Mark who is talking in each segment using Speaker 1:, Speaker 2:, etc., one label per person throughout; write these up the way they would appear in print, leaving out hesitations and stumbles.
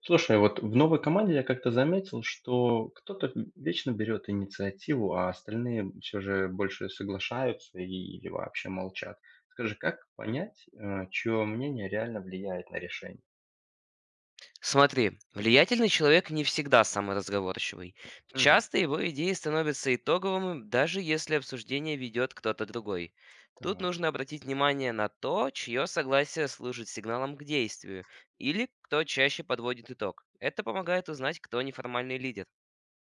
Speaker 1: Слушай, вот в новой команде я как-то заметил, что кто-то вечно берет инициативу, а остальные все же больше соглашаются или вообще молчат. Скажи, как понять, чье мнение реально влияет на решение?
Speaker 2: Смотри, влиятельный человек не всегда самый разговорчивый.
Speaker 1: Мгм.
Speaker 2: Часто его идеи становятся итоговыми, даже если обсуждение ведет кто-то другой. Тут
Speaker 1: Так,
Speaker 2: нужно обратить внимание на то, чье согласие служит сигналом к действию, или кто чаще подводит итог. Это помогает узнать, кто неформальный лидер.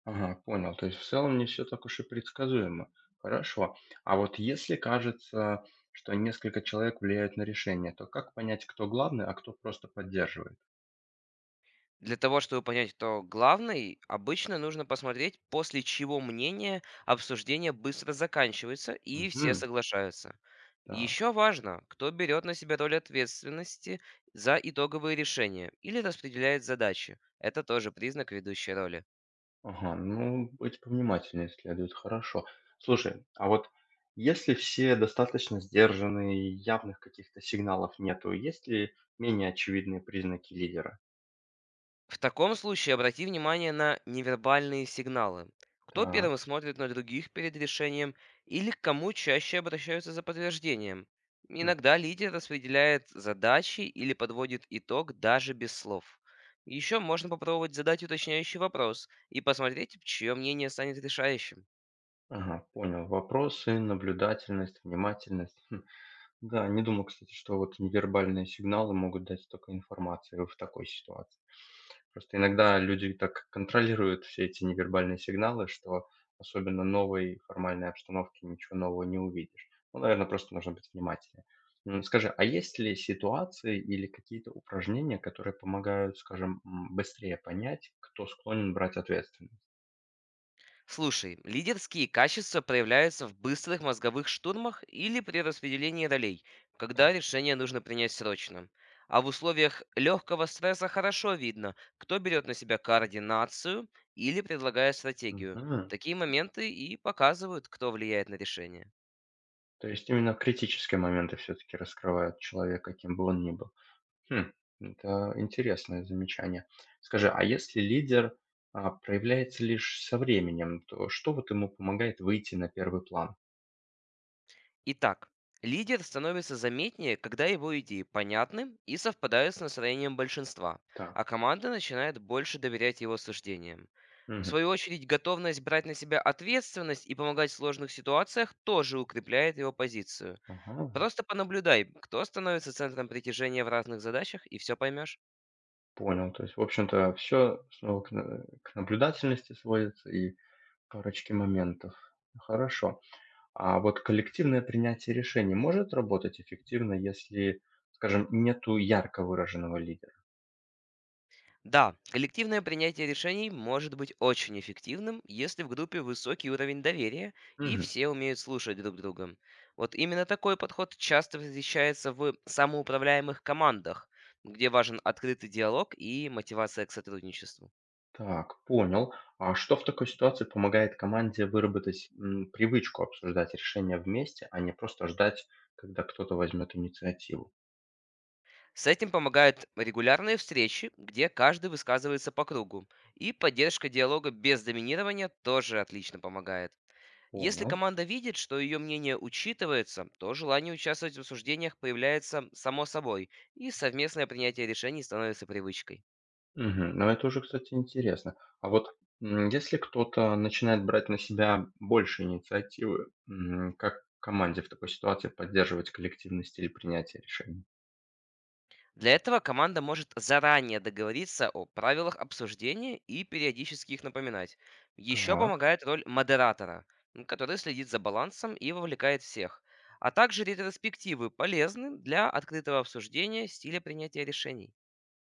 Speaker 1: ага, понял. То есть в целом не все так уж и предсказуемо. Хорошо. А вот если кажется, что несколько человек влияют на решение, то как понять, кто главный, а кто просто поддерживает?
Speaker 2: Для того, чтобы понять, кто главный, обычно нужно посмотреть, после чего мнение обсуждение быстро заканчивается и все
Speaker 1: Угу.
Speaker 2: соглашаются.
Speaker 1: Так.
Speaker 2: Еще важно, кто берет на себя роль ответственности за итоговые решения или распределяет задачи. Это тоже признак ведущей роли.
Speaker 1: Ага, ну, быть повнимательнее следует, хорошо. Слушай, а вот если все достаточно сдержанные, явных каких-то сигналов нету, есть ли менее очевидные признаки лидера?
Speaker 2: В таком случае обрати внимание на невербальные сигналы. Кто первым
Speaker 1: Так,
Speaker 2: смотрит на других перед решением или к кому чаще обращаются за подтверждением.
Speaker 1: хм,
Speaker 2: Иногда лидер распределяет задачи или подводит итог даже без слов. Еще можно попробовать задать уточняющий вопрос и посмотреть, чье мнение станет решающим.
Speaker 1: ага, понял. Вопросы, наблюдательность, внимательность. Хм, да, не думал, кстати, что вот невербальные сигналы могут дать столько информации в такой ситуации. Просто иногда люди так контролируют все эти невербальные сигналы, что особенно в новой формальной обстановке ничего нового не увидишь. Ну, наверное, просто нужно быть внимательнее. Скажи, а есть ли ситуации или какие-то упражнения, которые помогают, скажем, быстрее понять, кто склонен брать ответственность?
Speaker 2: Слушай, лидерские качества проявляются в быстрых мозговых штурмах или при распределении ролей, когда
Speaker 1: Так.
Speaker 2: решение нужно принять срочно. А в условиях легкого стресса хорошо видно, кто берет на себя координацию или предлагает стратегию.
Speaker 1: Мгм.
Speaker 2: Такие моменты и показывают, кто влияет на решение.
Speaker 1: То есть именно критические моменты все-таки раскрывают человека, каким бы он ни был. Хм, это интересное замечание. Скажи, а если проявляется лишь со временем, то что вот ему помогает выйти на первый план?
Speaker 2: Итак, лидер становится заметнее, когда его идеи понятны и совпадают с настроением большинства, а
Speaker 1: Так.
Speaker 2: команда начинает больше доверять его суждениям. В
Speaker 1: Мгм.
Speaker 2: свою очередь, готовность брать на себя ответственность и помогать в сложных ситуациях тоже укрепляет его позицию.
Speaker 1: Ага,
Speaker 2: Просто понаблюдай, кто становится центром притяжения в разных задачах, и все поймешь.
Speaker 1: понял. То есть, в общем-то, все снова к наблюдательности сводится и парочке моментов. Хорошо. А вот коллективное принятие решений может работать эффективно, если, скажем, нету ярко выраженного лидера?
Speaker 2: Да, коллективное принятие решений может быть очень эффективным, если в группе высокий уровень доверия и
Speaker 1: Мгм.
Speaker 2: все умеют слушать друг друга. Вот именно такой подход часто встречается в самоуправляемых командах, где важен открытый диалог и мотивация к сотрудничеству.
Speaker 1: Так, понял. А что в такой ситуации помогает команде выработать привычку обсуждать решения вместе, а не просто ждать, когда кто-то возьмет инициативу?
Speaker 2: С этим помогают регулярные встречи, где каждый высказывается по кругу. И поддержка диалога без доминирования тоже отлично помогает. Если
Speaker 1: Понял.
Speaker 2: команда видит, что ее мнение учитывается, то желание участвовать в обсуждениях появляется само собой, и совместное принятие решений становится привычкой.
Speaker 1: Мгм. Ну, это уже, кстати, интересно. А вот если кто-то начинает брать на себя больше инициативы, как команде в такой ситуации поддерживать коллективный стиль принятия решений?
Speaker 2: Для этого команда может заранее договориться о правилах обсуждения и периодически их напоминать. Еще
Speaker 1: Так.
Speaker 2: помогает роль модератора, который следит за балансом и вовлекает всех. А также ретроспективы полезны для открытого обсуждения стиля принятия решений.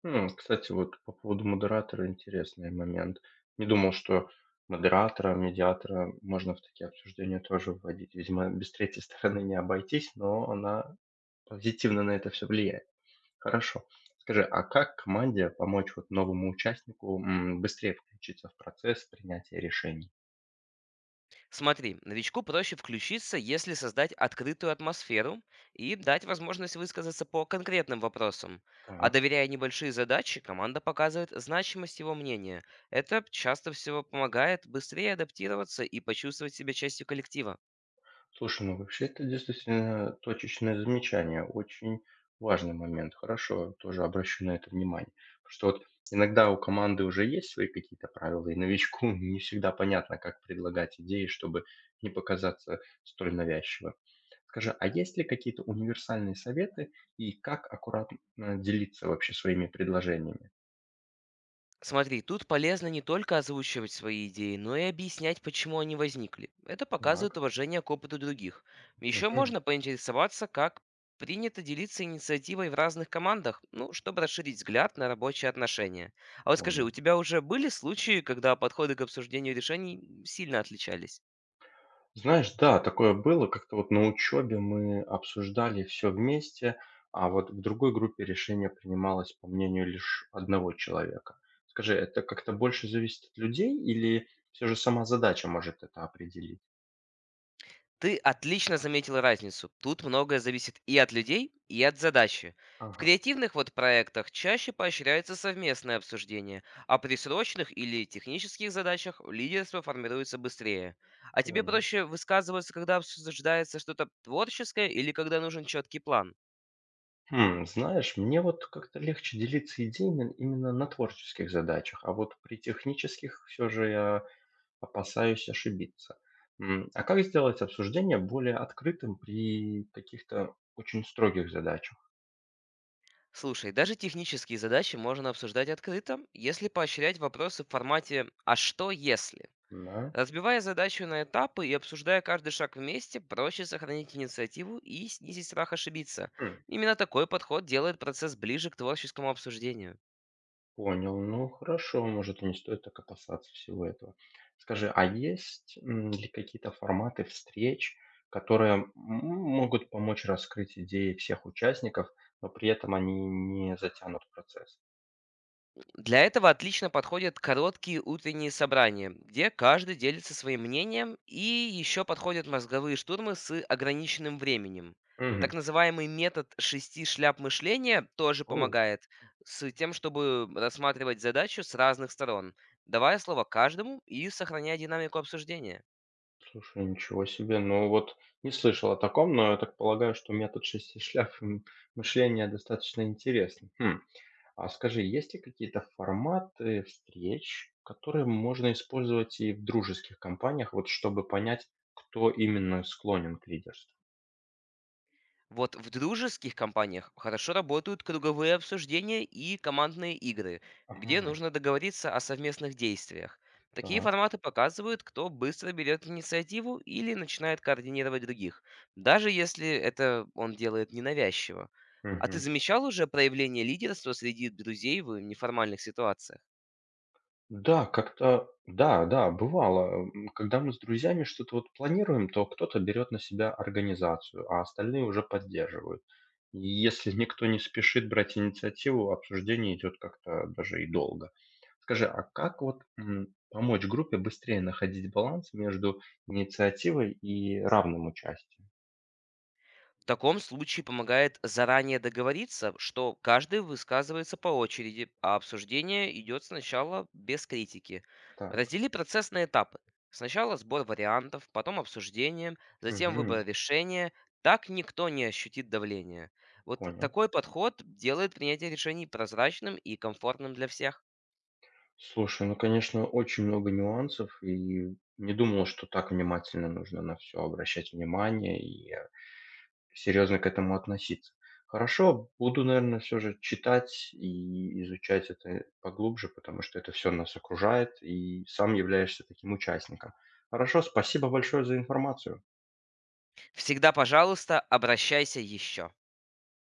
Speaker 1: Кстати, вот по поводу модератора интересный момент. Не думал, что модератора, медиатора можно в такие обсуждения тоже вводить. Видимо, без третьей стороны не обойтись, но она позитивно на это все влияет. Хорошо. Скажи, а как команде помочь вот новому участнику быстрее включиться в процесс принятия решений?
Speaker 2: Смотри, новичку проще включиться, если создать открытую атмосферу и дать возможность высказаться по конкретным вопросам. А
Speaker 1: Так.
Speaker 2: доверяя небольшие задачи, команда показывает значимость его мнения. Это часто всего помогает быстрее адаптироваться и почувствовать себя частью коллектива.
Speaker 1: Слушай, ну вообще это действительно точечное замечание, очень важный момент. Хорошо, тоже обращу на это внимание. Потому что вот иногда у команды уже есть свои какие-то правила, и новичку не всегда понятно, как предлагать идеи, чтобы не показаться столь навязчиво. Скажи, а есть ли какие-то универсальные советы и как аккуратно делиться вообще своими предложениями?
Speaker 2: Смотри, тут полезно не только озвучивать свои идеи, но и объяснять, почему они возникли. Это показывает
Speaker 1: Так,
Speaker 2: уважение к опыту других. Еще
Speaker 1: мгм,
Speaker 2: можно поинтересоваться, как принято делиться инициативой в разных командах, ну, чтобы расширить взгляд на рабочие отношения. А вот скажи, у
Speaker 1: понял.
Speaker 2: тебя уже были случаи, когда подходы к обсуждению решений сильно отличались?
Speaker 1: Знаешь, да, такое было. Как-то вот на учебе мы обсуждали все вместе, а вот в другой группе решение принималось по мнению лишь одного человека. Скажи, это как-то больше зависит от людей или все же сама задача может это определить?
Speaker 2: Ты отлично заметила разницу. Тут многое зависит и от людей, и от задачи. В
Speaker 1: Ага,
Speaker 2: креативных вот проектах чаще поощряется совместное обсуждение, а при срочных или технических задачах лидерство формируется быстрее. А тебе
Speaker 1: понял.
Speaker 2: проще высказываться, когда обсуждается что-то творческое или когда нужен четкий план.
Speaker 1: Хм, знаешь, мне вот как-то легче делиться идеями именно на творческих задачах, а вот при технических все же я опасаюсь ошибиться. А как сделать обсуждение более открытым при каких-то очень строгих задачах?
Speaker 2: Слушай, даже технические задачи можно обсуждать открыто, если поощрять вопросы в формате «а что если?».
Speaker 1: Да?
Speaker 2: Разбивая задачу на этапы и обсуждая каждый шаг вместе, проще сохранить инициативу и снизить страх ошибиться.
Speaker 1: Хм,
Speaker 2: Именно такой подход делает процесс ближе к творческому обсуждению.
Speaker 1: понял. Ну, хорошо, может, и не стоит так опасаться всего этого. Скажи, а есть ли какие-то форматы встреч, которые могут помочь раскрыть идеи всех участников, но при этом они не затянут процесс?
Speaker 2: Для этого отлично подходят короткие утренние собрания, где каждый делится своим мнением и еще подходят мозговые штурмы с ограниченным временем. Так
Speaker 1: Мгм.
Speaker 2: называемый метод шести шляп мышления тоже
Speaker 1: О,
Speaker 2: помогает с тем, чтобы рассматривать задачу с разных сторон, давая слово каждому и сохраняя динамику обсуждения.
Speaker 1: слушай, ничего себе. Ну вот не слышал о таком, но я так полагаю, что метод шести шляф мышления достаточно интересный. Хм. А скажи, есть ли какие-то форматы встреч, которые можно использовать и в дружеских компаниях, вот чтобы понять, кто именно склонен к лидерству?
Speaker 2: Вот в дружеских компаниях хорошо работают круговые обсуждения и командные игры, где
Speaker 1: Ага,
Speaker 2: нужно договориться о совместных действиях. Такие
Speaker 1: так.
Speaker 2: форматы показывают, кто быстро берет инициативу или начинает координировать других, даже если это он делает ненавязчиво. А ты
Speaker 1: Мгм.
Speaker 2: замечал уже проявление лидерства среди друзей в неформальных ситуациях?
Speaker 1: Да, бывало. Когда мы с друзьями что-то вот планируем, то кто-то берет на себя организацию, а остальные уже поддерживают. Если никто не спешит брать инициативу, обсуждение идет как-то даже и долго. Скажи, а как вот помочь группе быстрее находить баланс между инициативой и равным участием?
Speaker 2: В таком случае помогает заранее договориться, что каждый высказывается по очереди, а обсуждение идет сначала без критики.
Speaker 1: Так,
Speaker 2: Раздели процесс на этапы. Сначала сбор вариантов, потом обсуждение, затем выбор
Speaker 1: мгм,
Speaker 2: решения. Так никто не ощутит давления. Вот
Speaker 1: понял.
Speaker 2: такой подход делает принятие решений прозрачным и комфортным для всех.
Speaker 1: Слушай, ну, конечно, очень много нюансов, и не думал, что так внимательно нужно на все обращать внимание и серьезно к этому относиться. Хорошо, буду, наверное, все же читать и изучать это поглубже, потому что это все нас окружает, и сам являешься таким участником. Хорошо, спасибо большое за информацию.
Speaker 2: Всегда, пожалуйста, обращайся еще.